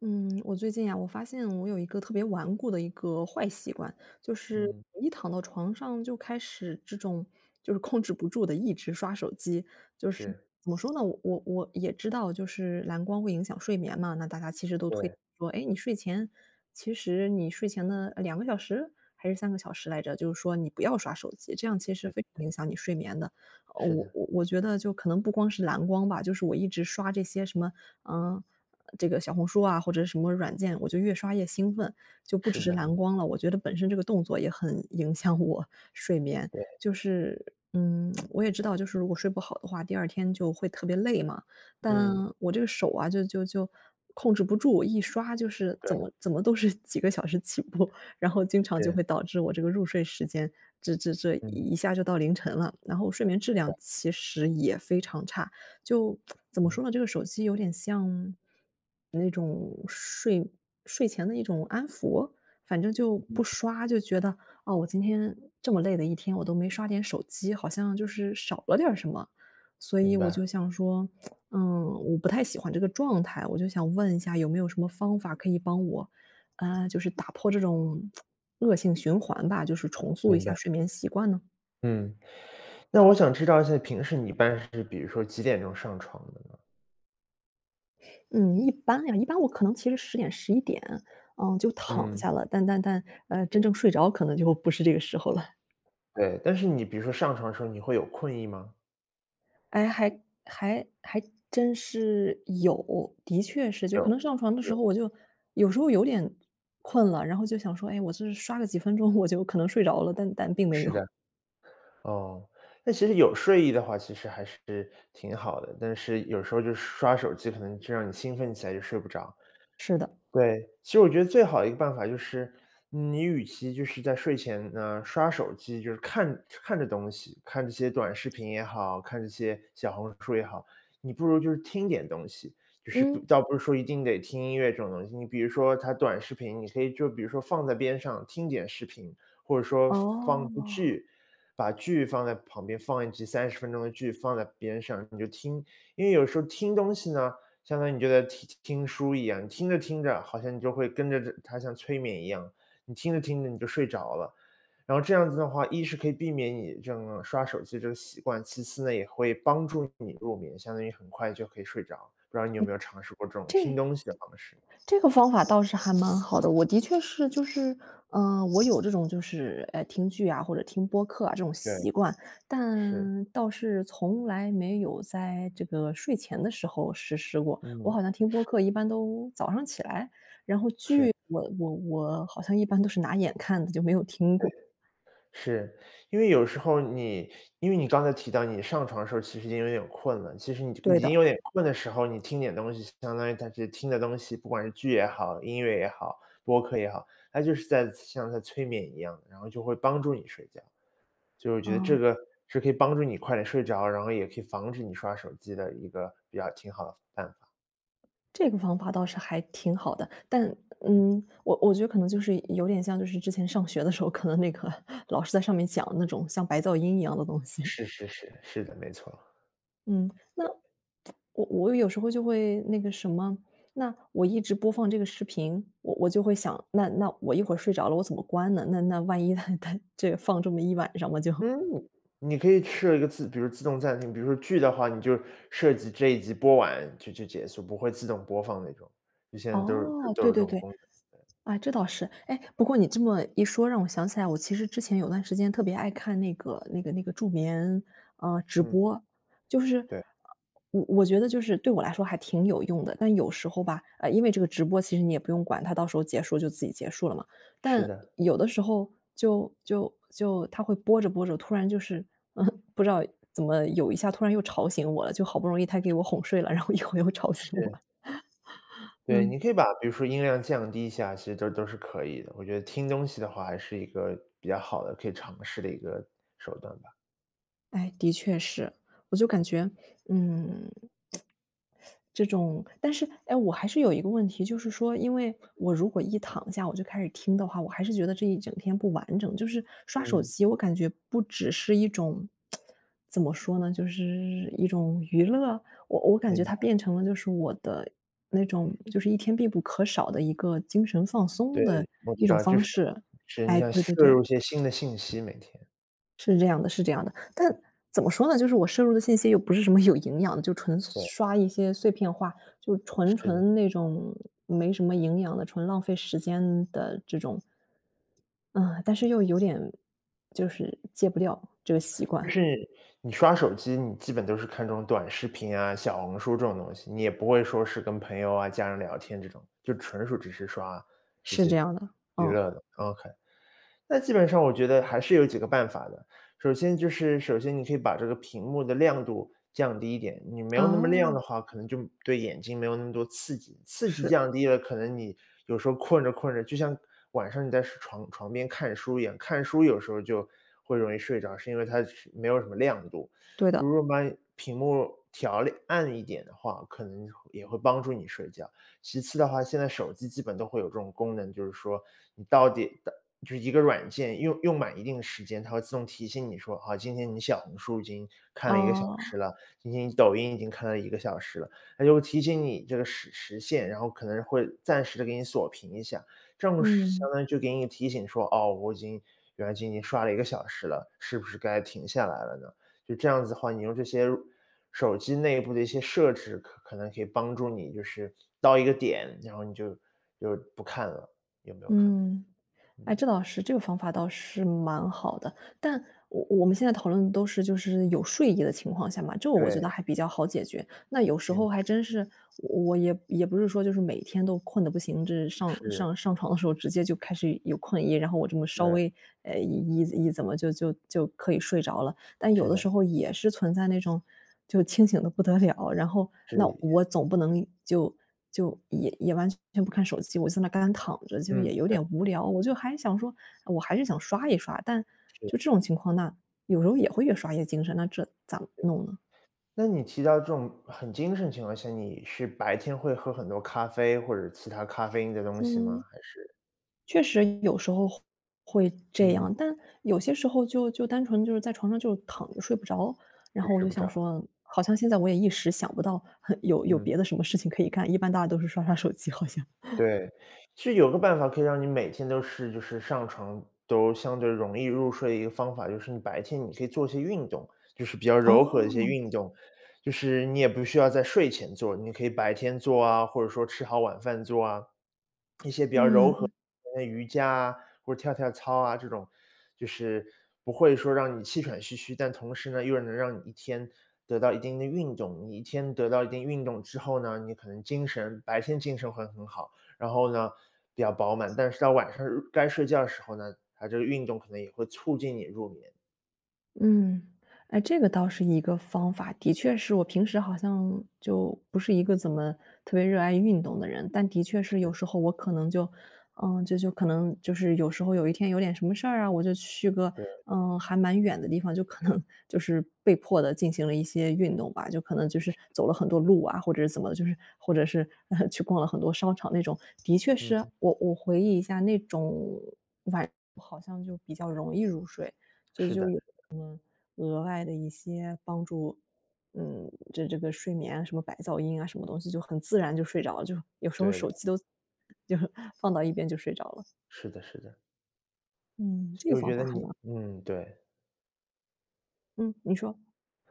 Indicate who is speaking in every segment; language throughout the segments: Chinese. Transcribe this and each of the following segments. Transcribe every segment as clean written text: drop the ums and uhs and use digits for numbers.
Speaker 1: 嗯，我最近呀，我发现我有一个特别顽固的一个坏习惯，就是
Speaker 2: 嗯，
Speaker 1: 我一躺到床上就开始这种就是控制不住的一直刷手机，就是
Speaker 2: 是，
Speaker 1: 怎么说呢？我也知道，就是蓝光会影响睡眠嘛，那大家其实都推
Speaker 2: 对，
Speaker 1: 说，哎，你睡前的两个小时还是三个小时来着，就是说你不要刷手机，这样其实非
Speaker 2: 是
Speaker 1: 常影响你睡眠的。
Speaker 2: 是
Speaker 1: 我
Speaker 2: 的，
Speaker 1: 我我觉得就可能不光是蓝光吧，就是我一直刷这些什么，嗯、这个小红书啊，或者什么软件，我就越刷越兴奋，就不只
Speaker 2: 是
Speaker 1: 是
Speaker 2: 的，
Speaker 1: 蓝光了。我觉得本身这个动作也很 影响我睡眠，
Speaker 2: 对，
Speaker 1: 就是嗯，我也知道，就是如果睡不好的话，第二天就会特别累嘛。但
Speaker 2: 嗯，
Speaker 1: 我这个手啊，就控制不住，一刷就是
Speaker 2: 对，
Speaker 1: 怎么怎么都是几个小时起步，然后经常就
Speaker 2: 是，
Speaker 1: 会导致我这个入睡时间，这
Speaker 2: 嗯
Speaker 1: 一下就到凌晨了，然后睡眠质量其实也非常差。就怎么
Speaker 2: 嗯
Speaker 1: 说呢，这个手机有点像那种睡前的一种安抚，反正就不
Speaker 2: 嗯，
Speaker 1: 刷，就觉得哦，我今天这么累的一天，我都没刷点手机，好像就是少了点儿什么。所
Speaker 2: 明
Speaker 1: 以我
Speaker 2: 白
Speaker 1: 就想说，嗯，我不太喜欢这个状态，我就想问一下有没有什么方法可以帮我，就是打破这种 恶性循环吧，就是重塑一
Speaker 2: 明白。
Speaker 1: 下睡眠习惯呢？
Speaker 2: 嗯，那我想知道一下，平时你一般是比如说几点钟上床的呢？
Speaker 1: 嗯，一般呀，一般我可能其实十点、十一点，嗯，就躺
Speaker 2: 嗯，
Speaker 1: 下了，但真正睡着可能就不是这个时候了。
Speaker 2: 对，但是你比如说上床的时候，你会有困意吗？
Speaker 1: 哎，还还还真是有，的确是，就
Speaker 2: 有，
Speaker 1: 可能上床的时
Speaker 2: 有，
Speaker 1: 候我就有时候有点困了，然后就想说，哎，我这刷个几分钟我就可能睡着了，但但并没
Speaker 2: 是
Speaker 1: 有，
Speaker 2: 的。哦，那其实有睡意的话，其实还是挺好的，但是有时候就是刷手机，可能就让你兴奋起来就睡不着。
Speaker 1: 是的。
Speaker 2: 对，其实我觉得最好的一个办法就是，你与其就是在睡前呢，刷手机，就是看着东西，看这些短视频也好，看这些小红书也好，你不如就是听点东西。就是
Speaker 1: 嗯，
Speaker 2: 不是说一定得听音乐这种东西，你比如说它短视频，你可以就比如说放在边上听点视频，或者说放
Speaker 1: 哦，
Speaker 2: 部剧，把剧放在旁边，放一集30分钟的剧放在边上，你就听。因为有时候听东西呢，相当于你就在听听书一样，你听着听着，好像你就会跟着这它像催眠一样，你听着听着你就睡着了。然后这样子的话，一是可以避免你这种刷手机这个习惯，其次呢，也会帮助你入眠，相当于很快就可以睡着。不知道你有没有尝试过这种听
Speaker 1: 这
Speaker 2: 东西的方式？
Speaker 1: 这个方法倒是还蛮好的，我的确是就是，嗯，我有这种就是，听剧啊，或者听播客啊，这种
Speaker 2: 对，
Speaker 1: 习惯，
Speaker 2: 是，
Speaker 1: 但倒是从来没有在这个睡前的时候实施过。我
Speaker 2: 嗯，
Speaker 1: 好像听播客一般都早上起来，
Speaker 2: 是，
Speaker 1: 剧我好像一般都是拿眼看的，就没有听
Speaker 2: 对。
Speaker 1: 过。
Speaker 2: 是，因为有时候你因为你刚才提到你上床的时候其实已经有点困了，其实你
Speaker 1: 对
Speaker 2: 已经
Speaker 1: 的，
Speaker 2: 有点困的时候，你听点东西，相当于它是听的东西，不管是剧也好，音乐也好，播客也好，它就是在像在催眠一样的，然后就会帮助你睡觉。就是我觉得这
Speaker 1: 啊，
Speaker 2: 个是可以帮助你快点睡着，然后也可以防止你刷手机的一个比较挺好的办法。
Speaker 1: 这个方法倒是还挺好的，但，嗯，我我觉得可能就是有点像就是之前上学的时候，可能那个 老师在上面讲那种像白噪音一样的东西。
Speaker 2: 是是是，是的，没错。
Speaker 1: 嗯，那我我有时候就会那个什么，那我一直播放这个视频，我我就会想，那那我一会儿睡着了，我怎么关呢？那那万一 他他这个放这么一晚上，我就
Speaker 2: 嗯，你可以设一个自比如自动暂停，比如说剧的话，你就设计这一集播完就结束，不会自动播放那种，就现在
Speaker 1: 哦，
Speaker 2: 都有
Speaker 1: 对
Speaker 2: 这
Speaker 1: 对
Speaker 2: 种
Speaker 1: 对，
Speaker 2: 功能。
Speaker 1: 啊，这倒是。哎，不过你这么一说，让我想起来，我其实之前有段时间特别爱看那个助眠，直
Speaker 2: 嗯，
Speaker 1: 播。就是，
Speaker 2: 对，
Speaker 1: 我我觉得就是对我来说还挺有用的，但有时候吧，因为这个直播其实你也不用管它，到时候结束就自己结束了嘛。
Speaker 2: 是
Speaker 1: 但
Speaker 2: 的，
Speaker 1: 有的时候就他会播着播着，突然就是，嗯，不知道怎么有一下突然又吵醒我了，就好不容易他给我哄睡了，然后一会儿又吵醒我
Speaker 2: 是，
Speaker 1: 了，
Speaker 2: 对，
Speaker 1: 嗯。
Speaker 2: 你可以把比如说音量降低一下，其实都是可以的。我觉得听东西的话还是一个比较好的可以尝试的一个手段吧。
Speaker 1: 哎，的确是，我就感觉，嗯，这种但是，哎，我还是有一个问题，就是说，因为我如果一躺下我就开始听的话，我还是觉得这一整天不完整。就是刷手
Speaker 2: 嗯，
Speaker 1: 机，我感觉不只是一种，怎么说呢，就是一种娱乐，我我感
Speaker 2: 明
Speaker 1: 觉它
Speaker 2: 白，
Speaker 1: 变成了就是我的那种，就是一天必不可少的一个精神放
Speaker 2: 对，
Speaker 1: 松的
Speaker 2: 我知
Speaker 1: 一种
Speaker 2: 道，就
Speaker 1: 方
Speaker 2: 是
Speaker 1: 式。
Speaker 2: 是你
Speaker 1: 哎，
Speaker 2: 想
Speaker 1: 对
Speaker 2: 摄
Speaker 1: 对对。
Speaker 2: 入一些新的信息每天，
Speaker 1: 是这样的，是这样的。但怎么说呢，就是我摄入的信息又不是什么有营养的，就纯
Speaker 2: 对，
Speaker 1: 刷一些碎片化，就纯
Speaker 2: 是的。
Speaker 1: 纯那种没什么营养的、纯浪费时间的这种。嗯，但是又有点就是戒不掉这个习
Speaker 2: 就
Speaker 1: 惯，
Speaker 2: 是你刷手机，你基本都是看这种短视频啊、小红书这种东西，你也不会说是跟朋友啊、家人聊天这种，就纯属只是刷这
Speaker 1: 是这
Speaker 2: 些
Speaker 1: 样的。
Speaker 2: 娱
Speaker 1: 嗯，
Speaker 2: 乐的。OK。那基本上我觉得还是有几个办法的。首先就是首先你可以把这个屏幕的亮度降低一点，你没有那么
Speaker 1: 啊，
Speaker 2: 亮的话，可能就对眼睛没有那么多刺激，刺激
Speaker 1: 是，
Speaker 2: 降低了，可能你有时候困着困着，就像晚上你在床边看书一样，看书有时候就会容易睡着，是因为它是没有什么亮度。
Speaker 1: 对
Speaker 2: 如
Speaker 1: 的。
Speaker 2: 果把屏幕调亮暗一点的话，可能也会帮助你睡觉。其次的话，现在手机基本都会有这种功能，就是说你到底就是一个软件用用满一定时间，它会自动提醒你说，啊，今天你小红书已经看了一个小
Speaker 1: 哦，
Speaker 2: 时了，今天你抖音已经看了一个小时了，它就会提醒你这个时限，然后可能会暂时的给你锁屏一下，这样是相
Speaker 1: 嗯，
Speaker 2: 当于就给你提醒说，哦，我已经原来今天刷了一个小时了，是不是该停下来了呢？就这样子的话，你用这些手机内部的一些设置，可能可以帮助你就是到一个点，然后你就不看了，有没有可能？
Speaker 1: 嗯。
Speaker 2: 嗯，
Speaker 1: 哎，这倒是，这个方法倒是蛮好的。但我我们现在讨论的都是就是有睡意的情况下嘛，这个我觉得
Speaker 2: 对。
Speaker 1: 还比较好解决。那有时
Speaker 2: 明
Speaker 1: 候
Speaker 2: 白，
Speaker 1: 还真是，我也也不是说就是每天都困得不行，这上
Speaker 2: 是，
Speaker 1: 上上床的时候直接就开始有困意，然后我这么稍
Speaker 2: 对，
Speaker 1: 微，呃，一一怎么就可以睡着了。但有
Speaker 2: 是
Speaker 1: 的时
Speaker 2: 的，
Speaker 1: 候也是存在那种就清醒的不得了，然后那
Speaker 2: 是，
Speaker 1: 我总不能就也完全不看手机，我就在那干躺着，就
Speaker 2: 嗯，
Speaker 1: 也有
Speaker 2: 对，
Speaker 1: 点无聊。我就还想说，我还是想刷一刷，但就这
Speaker 2: 是。
Speaker 1: 种情况，那有时候也会越刷越精神，那这咋弄呢？
Speaker 2: 那你提到这种很精神情况下，你是白天会喝很多咖啡或者其他咖啡因的东西吗？
Speaker 1: 嗯。
Speaker 2: 还是，
Speaker 1: 确实有时候会这
Speaker 2: 嗯，
Speaker 1: 样，但有些时候就单纯就是在床上就躺着睡不着，然
Speaker 2: 就
Speaker 1: 后我
Speaker 2: 睡
Speaker 1: 就
Speaker 2: 不
Speaker 1: 想
Speaker 2: 着，
Speaker 1: 说，好像现在我也一时想不到 有有别
Speaker 2: 嗯，
Speaker 1: 的什么事情可以干，一般大家都是刷刷手机好像。
Speaker 2: 对。其实有个办法可以让你每天都是就是上床都相对容易入睡的一个方法，就是你白天你可以做一些运动，就是比较柔和的一些
Speaker 1: 哦，
Speaker 2: 运动，就是你也不需要在睡前做，你可以白天做啊，或者说吃好晚饭做啊。
Speaker 1: 嗯。
Speaker 2: 练练瑜伽啊，或者跳跳操啊，这种就是不会说让你气喘吁吁，但同时呢，又能让你一天得到一定的运动。你一天得到一定运动之后呢，你可能精神白天精神会很好，然后呢比较饱满，但是到晚上该睡觉的时候呢，它这个运动可能也会促进你入眠。
Speaker 1: 嗯，哎，这个倒是一个方法。的确是我平时好像就不是一个怎么特别热爱运动的人，但的确是有时候我可能就，嗯，就就可能就是有时候有一天有点什么事儿啊，我就去个
Speaker 2: 对，
Speaker 1: 嗯还蛮远的地方，就可能 就是被迫的进行了一些运动吧，就可能就是走了很多路啊，或者是怎么的，就是或者是去逛了很多商场那种。的确是
Speaker 2: 嗯，
Speaker 1: 我我回忆一下那种，我好像就比较容易入睡。就
Speaker 2: 是
Speaker 1: 就
Speaker 2: 的，
Speaker 1: 有额外的一些帮助，嗯，这这个睡眠啊什么白噪音啊，什么东西就很自然就睡着了，就有时候
Speaker 2: 对的，
Speaker 1: 手机都 就是放到一边就睡着了。
Speaker 2: 是的，是的，
Speaker 1: 嗯，
Speaker 2: 所
Speaker 1: 这个
Speaker 2: 以我
Speaker 1: 方
Speaker 2: 觉得
Speaker 1: 法很
Speaker 2: 你
Speaker 1: 蛮
Speaker 2: 嗯，对。
Speaker 1: 嗯，你说。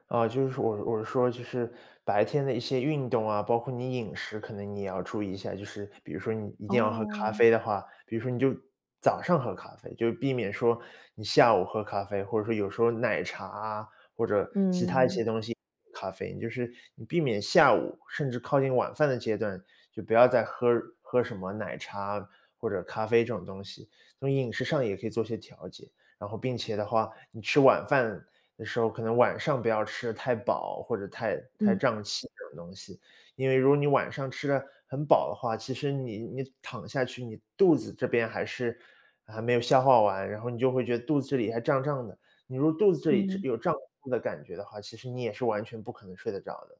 Speaker 2: 啊，就是我是说，就是白天的一些运动啊，包括你饮食，可能你也要注意一下。就是比如说，你一定要喝咖
Speaker 1: 哦。
Speaker 2: 啡的话，比如说你就早上喝咖啡，就避免说你下午喝咖啡，或者说有时候奶茶啊，或者其他一些
Speaker 1: 嗯，
Speaker 2: 东西咖啡，就是你避免下午甚至靠近晚饭的阶段，就不要再喝什么奶茶啊或者咖啡这种东西。从饮食上也可以做些调节。然后并且的话，你吃晚饭的时候，可能晚上不要吃得太饱或者太
Speaker 1: 嗯，
Speaker 2: 胀气这种东西。因为如果你晚上吃的很饱的话，其实你你躺下去，你肚子这边还是还没有消化完，然后你就会觉得肚子这里还胀胀的。你如果肚子这里
Speaker 1: 嗯。
Speaker 2: 有胀乎的感觉的话，其实你也是完全不可能睡得着的。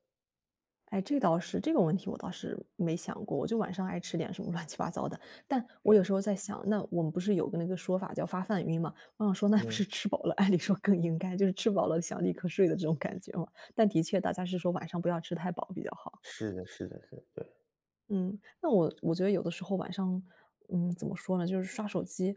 Speaker 1: 哎，这倒是，这个问题我倒是没想过，我就晚上爱吃点什么 乱七八糟的。但我有
Speaker 2: 对，
Speaker 1: 时候在想，那我们不是有个那个说法叫"发饭晕"吗？我想说，那不
Speaker 2: 嗯，
Speaker 1: 是吃饱了，按理说更应该就是吃饱了想立刻睡的这种感觉嘛。但的确，大家是说晚上不要吃太饱比较好。
Speaker 2: 是的是的是的，对，
Speaker 1: 嗯，那我我觉得有的时候晚上，嗯，怎么说呢，就是刷手机，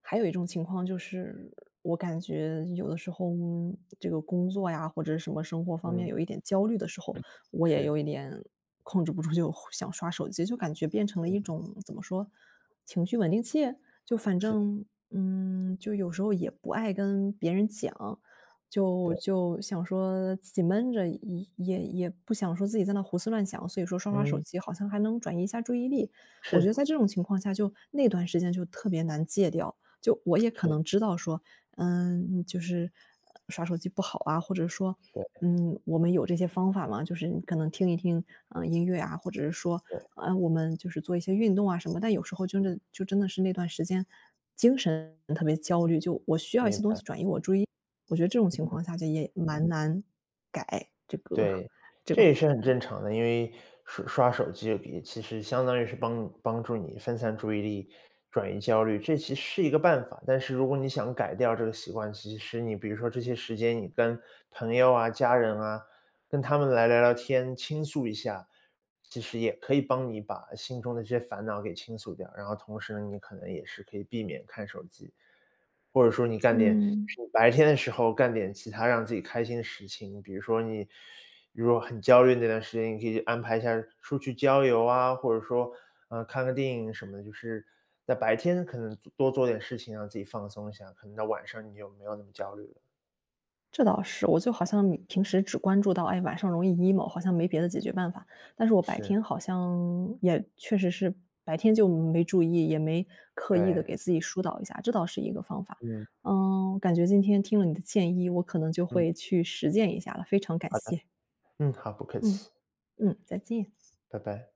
Speaker 1: 还有一种情况就是，我感觉有的时候，嗯这个工作呀或者是什么生活方面
Speaker 2: 嗯，
Speaker 1: 有一点焦虑的时候，我也
Speaker 2: 是，
Speaker 1: 有一点控制不住，就想刷手机，就感觉变成了一
Speaker 2: 嗯，
Speaker 1: 种怎么说，情绪稳定器。就反
Speaker 2: 是，
Speaker 1: 正，嗯，就有时候也不爱跟别人讲，就
Speaker 2: 对，
Speaker 1: 就想说自己闷着，也不想说自己在那胡思乱想，所以说刷刷手
Speaker 2: 嗯，
Speaker 1: 机好像还能转移一下注意力。我觉得
Speaker 2: 是，
Speaker 1: 在这种情况下，就那段时间就特别难戒掉。就我也可
Speaker 2: 是，
Speaker 1: 能知道说，嗯，就是刷手机不好啊，或者说，
Speaker 2: 对，
Speaker 1: 嗯，我们有这些方法嘛，就是你可能听一听，音乐啊，或者是说，
Speaker 2: 对，
Speaker 1: 我们就是做一些运动啊什么。但有时候真的就真的是那段时间精神特别焦虑，就我需要一
Speaker 2: 明
Speaker 1: 些东
Speaker 2: 白，
Speaker 1: 西转移我注意。我觉得这种情
Speaker 2: 嗯。
Speaker 1: 况下就也蛮难改这个
Speaker 2: 对，
Speaker 1: 这
Speaker 2: 这
Speaker 1: 个环
Speaker 2: 也是很正常的，因为刷刷手机也其实相当于是帮助你分散注意力，转移焦虑，这其实是一个办法。但是如果你想改掉这个习惯，其实你比如说这些时间，你跟朋友啊、家人啊，跟他们来聊聊天，倾诉一下，其实也可以帮你把心中的这些烦恼给倾诉掉，然后同时呢，你可能也是可以避免看手机。或者说你干点，就
Speaker 1: 嗯，
Speaker 2: 是你白天的时候干点其他让自己开心的事情，比如说你如果很焦虑那段时间，你可以安排一下出去郊游啊，或者说，呃，看个电影什么的，就是在白天可能多做点事情让自己放松一下，可能到晚上你就没有那么焦虑了。
Speaker 1: 这倒是，我就好像你平时只关注到，哎，晚上容易 emo，好像没别的解决办法，但是我白
Speaker 2: 是，
Speaker 1: 天好像也确实是白天就没注意，也没刻意的
Speaker 2: 对，
Speaker 1: 给自己疏导一下，这倒是一个方法。
Speaker 2: 嗯，
Speaker 1: 嗯，感觉今天听了你的建议，我可能就
Speaker 2: 嗯，
Speaker 1: 会去实践一下了，非常感
Speaker 2: 好的，
Speaker 1: 谢。
Speaker 2: 嗯，好，不客
Speaker 1: 嗯，
Speaker 2: 气，
Speaker 1: 嗯，再见。
Speaker 2: 拜拜。